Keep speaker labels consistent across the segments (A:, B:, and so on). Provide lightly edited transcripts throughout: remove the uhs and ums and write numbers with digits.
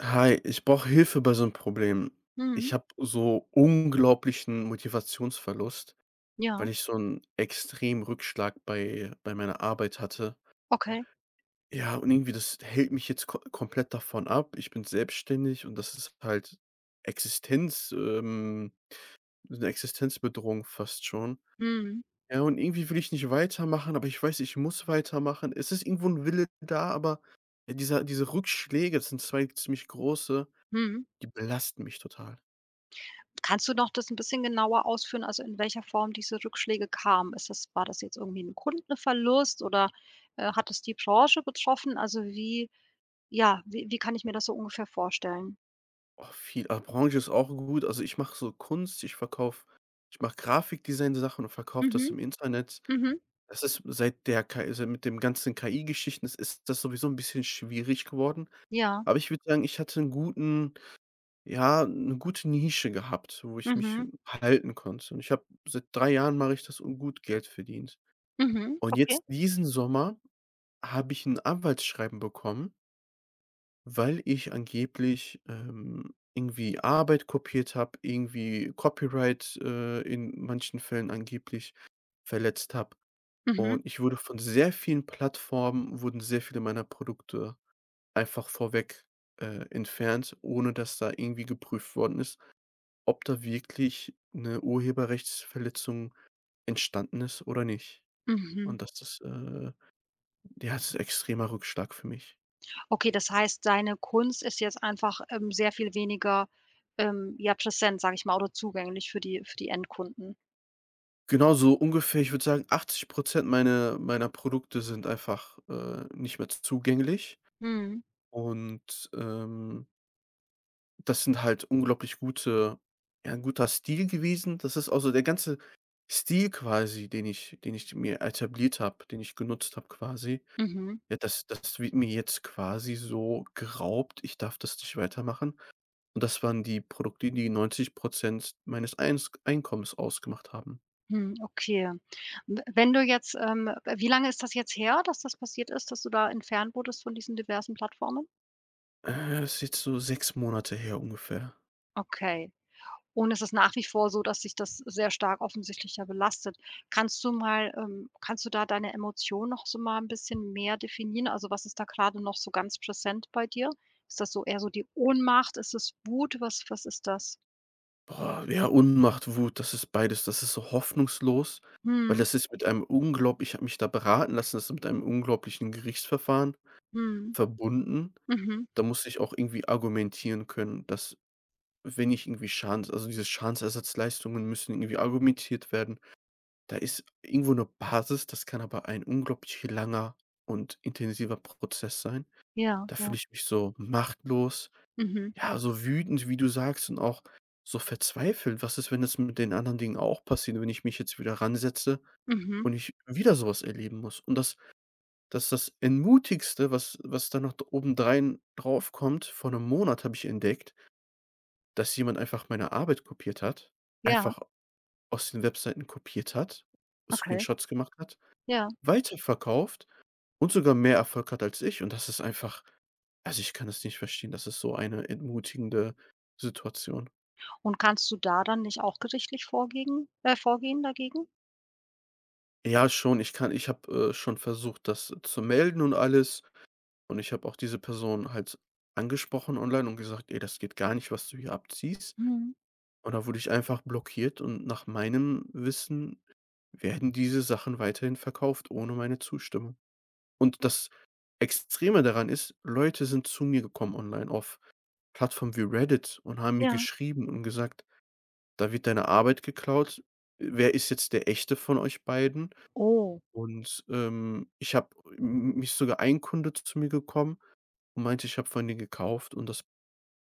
A: Hi, ich brauche Hilfe bei so einem Problem.
B: Mhm.
A: Ich habe so unglaublichen Motivationsverlust,
B: Ja,
A: weil ich so einen extremen Rückschlag bei meiner Arbeit hatte.
B: okay.
A: Ja, und irgendwie das hält mich jetzt ko komplett davon ab. Ich bin selbstständig und das ist halt Existenz so 'ne Existenzbedrohung fast schon.
B: Mhm.
A: Ja, und irgendwie will ich nicht weitermachen, aber ich weiß, ich muss weitermachen. Es ist irgendwo ein Wille da, aber ja, diese Rückschläge, das sind 2 ziemlich große,
B: Mhm.
A: die belasten mich total.
B: Kannst du noch das ein bisschen genauer ausführen, also, in welcher Form diese Rückschläge kamen? Ist das war das jetzt irgendwie ein Kundenverlust oder, hat es die Branche betroffen? Also, wie ja, wie wie kann ich mir das so ungefähr vorstellen?
A: Oh, Branche ist auch gut. Also, ich mache so Kunst, ich mache Grafikdesign-Sachen und verkaufe das
B: Mhm,
A: im Internet.
B: mhm,
A: Das ist seit der K I, also, mit dem ganzen KI-Geschichten ist das sowieso ein bisschen schwierig geworden.
B: ja,
A: Aber ich würde sagen, ich hatte eine gute Nische gehabt, wo ich mich
B: mhm,
A: halten konnte. Und ich habe seit 3 Jahren mache ich das und gut Geld verdient.
B: mhm,
A: Und
B: okay,
A: jetzt diesen Sommer habe ich ein Anwaltsschreiben bekommen, weil ich angeblich, irgendwie Arbeit kopiert habe, irgendwie Copyright, in manchen Fällen angeblich verletzt habe.
B: mhm,
A: Und ich wurde von sehr vielen Plattformen wurden sehr viele meiner Produkte einfach vorweg, entfernt, ohne dass da irgendwie geprüft worden ist, ob da wirklich eine Urheberrechtsverletzung entstanden ist oder nicht.
B: mhm.
A: Und ja, das ist ein extremer Rückschlag für mich.
B: Okay, das heißt, deine Kunst ist jetzt einfach, sehr viel weniger, ja, präsent, sage ich mal, oder zugänglich für die Endkunden.
A: Genau so ungefähr, ich würde sagen, 80 meiner Produkte sind einfach, nicht mehr zugänglich
B: Mhm,
A: und, das sind halt 'n guter Stil gewesen. Das ist also der ganze Stil quasi, den ich mir etabliert habe, den ich genutzt habe quasi.
B: mhm.
A: Ja, das wird mir jetzt quasi so geraubt. Ich darf das nicht weitermachen. Und das waren die Produkte, die 90 meines Eins Einkommens ausgemacht haben.
B: Hm, okay. W wenn du jetzt, wie lange ist das jetzt her, dass das passiert ist, dass du da entfernt wurdest von diesen diversen Plattformen?
A: Ist jetzt so 6 Monate her ungefähr.
B: Okay. Und es ist nach wie vor so, dass sich das sehr stark offensichtlich ja belastet. Kannst du da deine Emotionen noch so mal ein bisschen mehr definieren? Also, was ist da gerade noch so ganz präsent bei dir? Ist das so eher so die Ohnmacht? Ist es Wut? Was ist das?
A: Boah, ja, Unmacht, Wut, das ist beides. Das ist so hoffnungslos, weil
B: Mhm,
A: das ist mit einem unglaublich ich habe mich da beraten lassen, das ist mit einem unglaublichen Gerichtsverfahren
B: mhm,
A: verbunden.
B: mhm.
A: Da musste ich auch irgendwie argumentieren können, dass wenn ich irgendwie Schadens also diese Schadensersatzleistungen müssen irgendwie argumentiert werden. Da ist irgendwo 'ne Basis, das kann aber ein unglaublich langer und intensiver Prozess sein.
B: Ja,
A: Da
B: ja.
A: fühle ich mich so machtlos.
B: Mhm,
A: Ja, so wütend, wie du sagst, und auch so verzweifelt. Was ist, wenn das mit den anderen Dingen auch passiert, wenn ich mich jetzt wieder ransetze
B: mhm.
A: und ich wieder sowas erleben muss? Und das ist das Entmutigste, was da noch d obendrein draufkommt. Vor 1 Monat habe ich entdeckt, dass jemand einfach meine Arbeit kopiert hat,
B: Ja,
A: einfach aus den Webseiten kopiert hat,
B: okay.
A: Screenshots gemacht hat,
B: Ja.
A: weiterverkauft und sogar mehr Erfolg hat als ich. Und das ist einfach, also, ich kann das nicht verstehen. Das ist so eine entmutigende Situation.
B: Und kannst du da dann nicht auch gerichtlich vorgegen vorgehen dagegen?
A: Ja, schon. Ich habe, schon versucht, das zu melden und alles. Und ich habe auch diese Person halt angesprochen online und gesagt: „Ey, das geht gar nicht, was du hier abziehst."
B: Mhm.
A: Und da wurde ich einfach blockiert und nach meinem Wissen werden diese Sachen weiterhin verkauft ohne meine Zustimmung. Und das Extreme daran ist, Leute sind zu mir gekommen online auf Plattformen wie Reddit und haben mir
B: Ja.
A: geschrieben und gesagt: „Da wird deine Arbeit geklaut. Wer ist jetzt der Echte von euch beiden?"
B: Oh,
A: Und, ich habe mich sogar, ein Kunde zu mir gekommen und meinte, ich habe von denen gekauft und das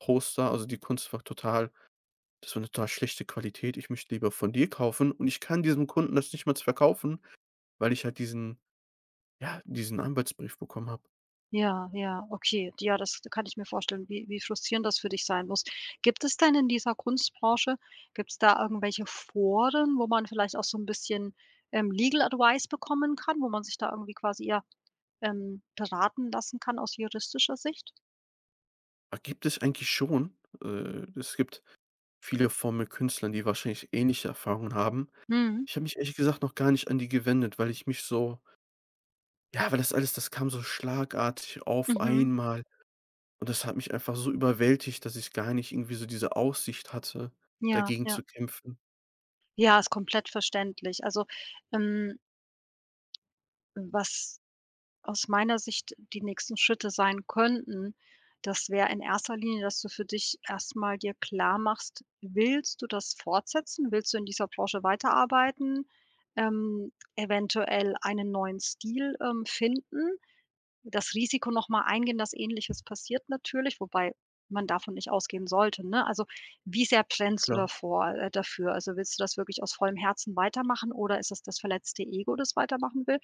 A: Poster also, die Kunst war total das war eine total schlechte Qualität. Ich möchte lieber von dir kaufen und ich kann diesem Kunden das nicht mal verkaufen, weil ich halt diesen Arbeitsbrief bekommen habe.
B: ja, ja, okay. Ja, das kann ich mir vorstellen, wie frustrierend das für dich sein muss. Gibt es denn in dieser Kunstbranche gibt es da irgendwelche Foren, wo man vielleicht auch so ein bisschen, Legal Advice bekommen kann, wo man sich da irgendwie quasi, ja, beraten lassen kann aus juristischer Sicht?
A: Ah, gibt es eigentlich schon. Es gibt viele von mir Künstlern, die wahrscheinlich ähnliche Erfahrungen haben.
B: Mhm.
A: Ich habe mich ehrlich gesagt noch gar nicht an die gewendet, weil ich mich so ja, weil das kam so schlagartig auf
B: Mhm.
A: einmal. Und das hat mich einfach so überwältigt, dass ich gar nicht irgendwie so diese Aussicht hatte,
B: Ja,
A: dagegen
B: ja.
A: zu kämpfen.
B: Ja, ist komplett verständlich. Also, ähm, was aus meiner Sicht die nächsten Schritte sein könnten, das wäre in erster Linie, dass du für dich erst mal dir klarmachst: Willst du das fortsetzen? Willst du in dieser Branche weiterarbeiten? Eventuell einen neuen Stil, finden? Das Risiko nochmal eingehen, dass Ähnliches passiert natürlich, wobei man davon nicht ausgehen sollte, ne? Also, wie sehr brennst du
A: Klar.
B: davor dafür? Also, willst du das wirklich aus vollem Herzen weitermachen oder ist es das verletzte Ego, das weitermachen will?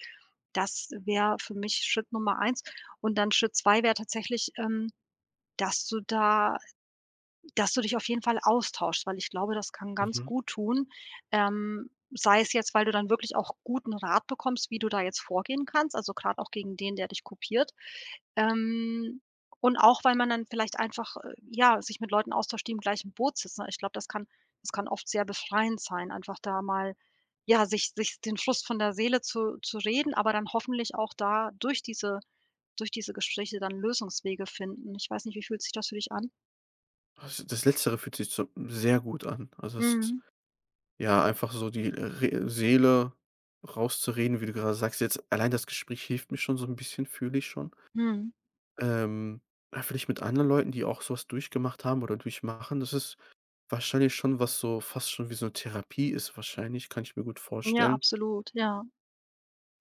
B: Das wäre für mich Schritt Nummer eins. Und dann Schritt 2 wäre tatsächlich, dass du da dass du dich auf jeden Fall austauschst, weil ich glaube, das kann ganz
A: Mhm.
B: gut tun. Sei es jetzt, weil du dann wirklich auch guten Rat bekommst, wie du da jetzt vorgehen kannst, also gerade auch gegen den, der dich kopiert. Ähm, und auch, weil man dann vielleicht einfach, ja, sich mit Leuten austauscht, die im gleichen Boot sitzen. Ich glaube, das kann oft sehr befreiend sein, einfach da mal, ja, sich den Frust von der Seele zu reden, aber dann hoffentlich auch da durch diese Gespräche dann Lösungswege finden. Ich weiß nicht, wie fühlt sich das für dich an?
A: Das Letztere fühlt sich so sehr gut an. Also, es ist
B: Mhm.
A: ja, einfach so die Re Seele rauszureden, wie du gerade sagst. Jetzt allein das Gespräch hilft mir schon so ein bisschen, fühle ich schon.
B: Mhm.
A: Ähm, ja, vielleicht mit anderen Leuten, die auch so was durchgemacht haben oder durchmachen, das ist wahrscheinlich schon was, so fast schon wie so eine Therapie ist wahrscheinlich, kann ich mir gut
B: Ja,
A: vorstellen.
B: absolut, ja.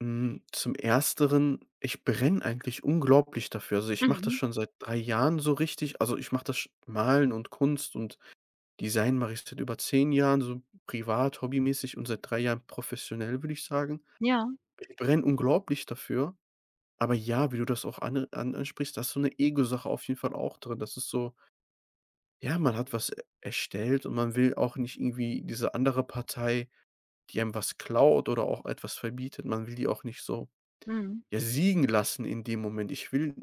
A: Hm, zum Ersteren, ich brenne eigentlich unglaublich dafür. Also, ich mache das
B: Mhm.
A: schon seit 3 Jahren so richtig. Also, ich mache das sch Malen und Kunst und Design mache ich seit über 10 Jahren, so privat, hobbymäßig, und seit 3 Jahren professionell, würde ich sagen.
B: Ja.
A: Ich brenne unglaublich dafür. Aber ja, wie du das auch an an ansprichst, da ist so eine Ego-Sache auf jeden Fall auch drin. Das ist so, ja, man hat was e erstellt und man will auch nicht irgendwie diese andere Partei, die einem was klaut oder auch etwas verbietet, man will die auch nicht so,
B: Mhm.
A: ja, siegen lassen in dem Moment. Ich will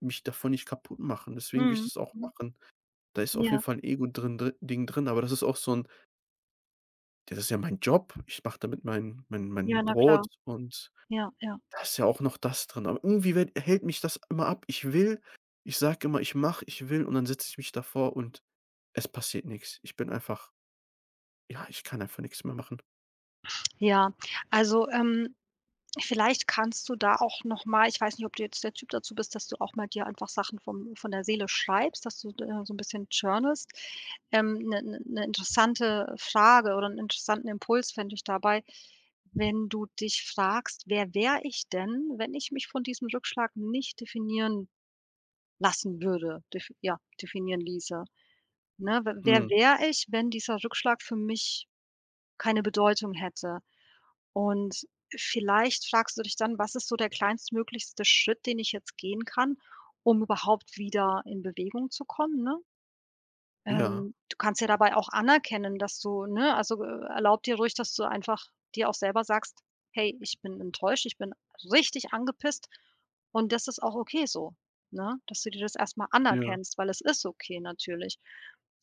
A: mich davon nicht kaputt machen, deswegen will ich
B: Mhm.
A: das auch
B: Mhm.
A: machen. Da ist auf
B: Ja.
A: jeden Fall ein Ego drin dri Ding drin, aber das ist auch so ein, ja, das ist ja mein Job. Ich mache damit mein mein
B: Ja,
A: mein
B: na klar.
A: Brot und
B: Ja, ja.
A: da ist ja auch noch das drin. Aber irgendwie werd hält mich das immer ab. Ich will, ich sage immer: „Ich mache, ich will", und dann setze ich mich davor und es passiert nichts. Ich bin einfach, ja, ich kann einfach nichts mehr machen.
B: Ja, also, vielleicht kannst du da auch noch mal, ich weiß nicht, ob du jetzt der Typ dazu bist, dass du auch mal dir einfach Sachen vom von der Seele schreibst, dass du da so ein bisschen journalst. Eine 'ne 'ne 'ne interessante Frage oder einen interessanten Impuls fände ich dabei, wenn du dich fragst: „Wer wäre ich denn, wenn ich mich von diesem Rückschlag nicht definieren lassen würde?" Definieren ließe. Ne, w wer
A: Mhm.
B: wäre ich, wenn dieser Rückschlag für mich keine Bedeutung hätte? Und vielleicht fragst du dich dann: „Was ist so der kleinstmöglichste Schritt, den ich jetzt gehen kann, um überhaupt wieder in Bewegung zu kommen", ne?
A: Ja,
B: Du kannst ja dabei auch anerkennen, dass du ne, also, erlaub dir ruhig, dass du einfach dir auch selber sagst: „Hey, ich bin enttäuscht, ich bin richtig angepisst und das ist auch okay so", ne? Dass du dir das erst mal
A: ja.
B: anerkennst, weil es ist okay natürlich.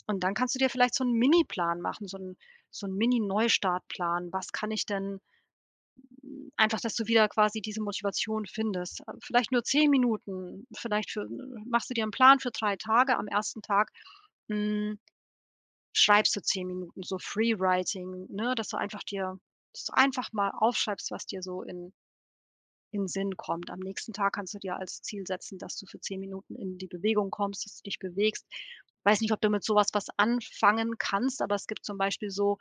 B: Und dann kannst du dir vielleicht so einen Mini-Plan machen, so 'n Mini-Neustartplan. Was kann ich denn einfach, dass du wieder quasi diese Motivation findest. Vielleicht nur 10 Minuten, vielleicht für machst du dir einen Plan für 3 Tage. Am ersten Tag, hm schreibst du 10 Minuten, so Free-Writing, ne, dass du einfach dir dass du einfach mal aufschreibst, was dir so in Sinn kommt. Am nächsten Tag kannst du dir als Ziel setzen, dass du für 10 Minuten in die Bewegung kommst, dass du dich bewegst. Weiß nicht, ob du mit sowas was anfangen kannst, aber es gibt zum Beispiel so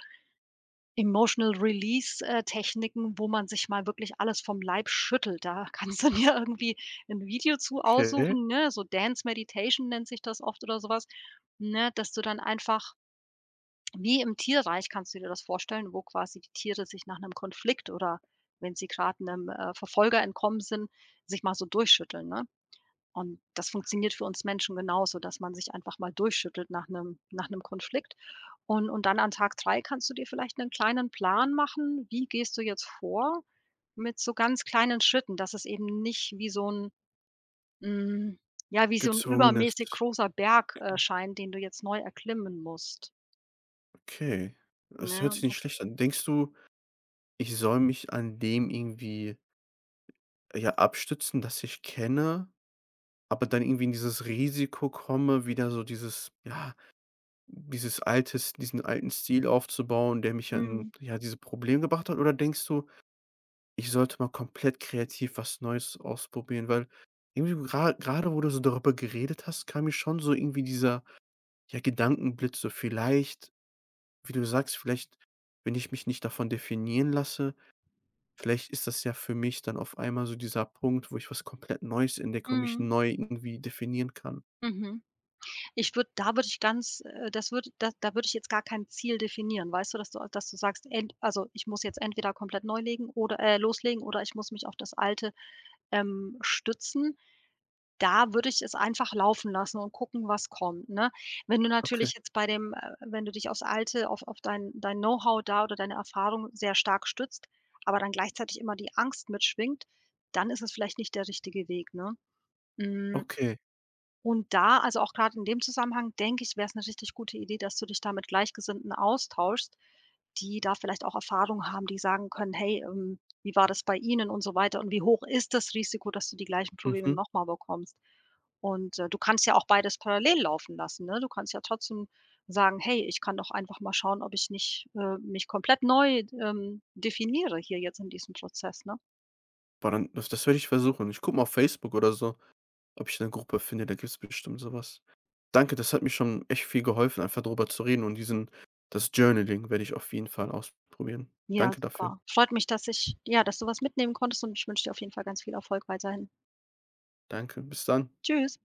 B: Emotional Release, Techniken, wo man sich mal wirklich alles vom Leib schüttelt. Da kannst du dir irgendwie ein Video zu
A: Okay.
B: aussuchen, ne, so Dance Meditation nennt sich das oft oder sowas, ne, dass du dann einfach wie im Tierreich kannst du dir das vorstellen, wo quasi die Tiere sich nach 'nem Konflikt oder wenn sie grad 'nem, Verfolger entkommen sind, sich mal so durchschütteln, ne? Und das funktioniert für uns Menschen genauso, dass man sich einfach mal durchschüttelt nach 'nem Konflikt. Und dann an Tag 3 kannst du dir vielleicht 'nen kleinen Plan machen, wie gehst du jetzt vor mit so ganz kleinen Schritten, dass es eben nicht hm, ja, wie so 'n
A: Gezwungenes
B: übermäßig großer Berg,
A: okay,
B: scheint, den du jetzt neu erklimmen musst,
A: okay. Das
B: ne?
A: hört sich
B: Und
A: nicht
B: das.
A: schlecht an. Denkst du, ich soll mich an dem irgendwie, ja, abstützen, das ich kenne, aber dann irgendwie in dieses Risiko komme, wieder so dieses ja, dieses altes diesen alten Stil aufzubauen, der mich an,
B: Mhm.
A: ja, diese Probleme gebracht hat? Oder denkst du, ich sollte mal komplett kreativ was Neues ausprobieren? Weil irgendwie gra gerade wo du so darüber geredet hast, kam mir schon so irgendwie dieser, ja, Gedankenblitz, so vielleicht, wie du sagst, vielleicht, wenn ich mich nicht davon definieren lasse. Vielleicht ist das ja für mich dann auf einmal so dieser Punkt, wo ich was komplett Neues entdecke und mich
B: Mhm,
A: neu irgendwie definieren kann.
B: mhm. Ich würde da würde ich ganz das würde da da würde ich jetzt gar kein Ziel definieren, weißt du, dass du sagst, ich muss jetzt entweder komplett neu legen oder loslegen oder ich muss mich auf das Alte, stützen. Da würde ich es einfach laufen lassen und gucken, was kommt, ne? Wenn du
A: Okay,
B: natürlich jetzt bei dem wenn du dich aufs Alte, auf dein Know-how da oder deine Erfahrung sehr stark stützt, aber dann gleichzeitig immer die Angst mitschwingt, dann ist es vielleicht nicht der richtige Weg, ne? Hm,
A: okay.
B: Und da also auch gerade in dem Zusammenhang, denke ich, wäre es eine richtig gute Idee, dass du dich da mit Gleichgesinnten austauschst, die da vielleicht auch Erfahrung haben, die sagen können: „Hey, wie war das bei Ihnen?" und so weiter und wie hoch ist das Risiko, dass du die gleichen Probleme
A: Mhm.
B: noch mal bekommst? Und, du kannst ja auch beides parallel laufen lassen, ne? Du kannst ja trotzdem sagen: „Hey, ich kann doch einfach mal schauen, ob ich nicht, mich komplett neu, definiere hier jetzt in diesem Prozess", ne?
A: Boah, dann das werde ich versuchen. Ich gucke mal auf Facebook oder so, ob ich eine Gruppe finde, da gibt es bestimmt sowas. Danke, das hat mir schon echt viel geholfen, einfach drüber zu reden, und diesen, das Journaling werde ich auf jeden Fall ausprobieren.
B: Ja,
A: Danke dafür.
B: super. Freut mich, dass du was mitnehmen konntest und ich wünsche dir auf jeden Fall ganz viel Erfolg weiterhin.
A: Danke, bis dann.
B: Tschüss.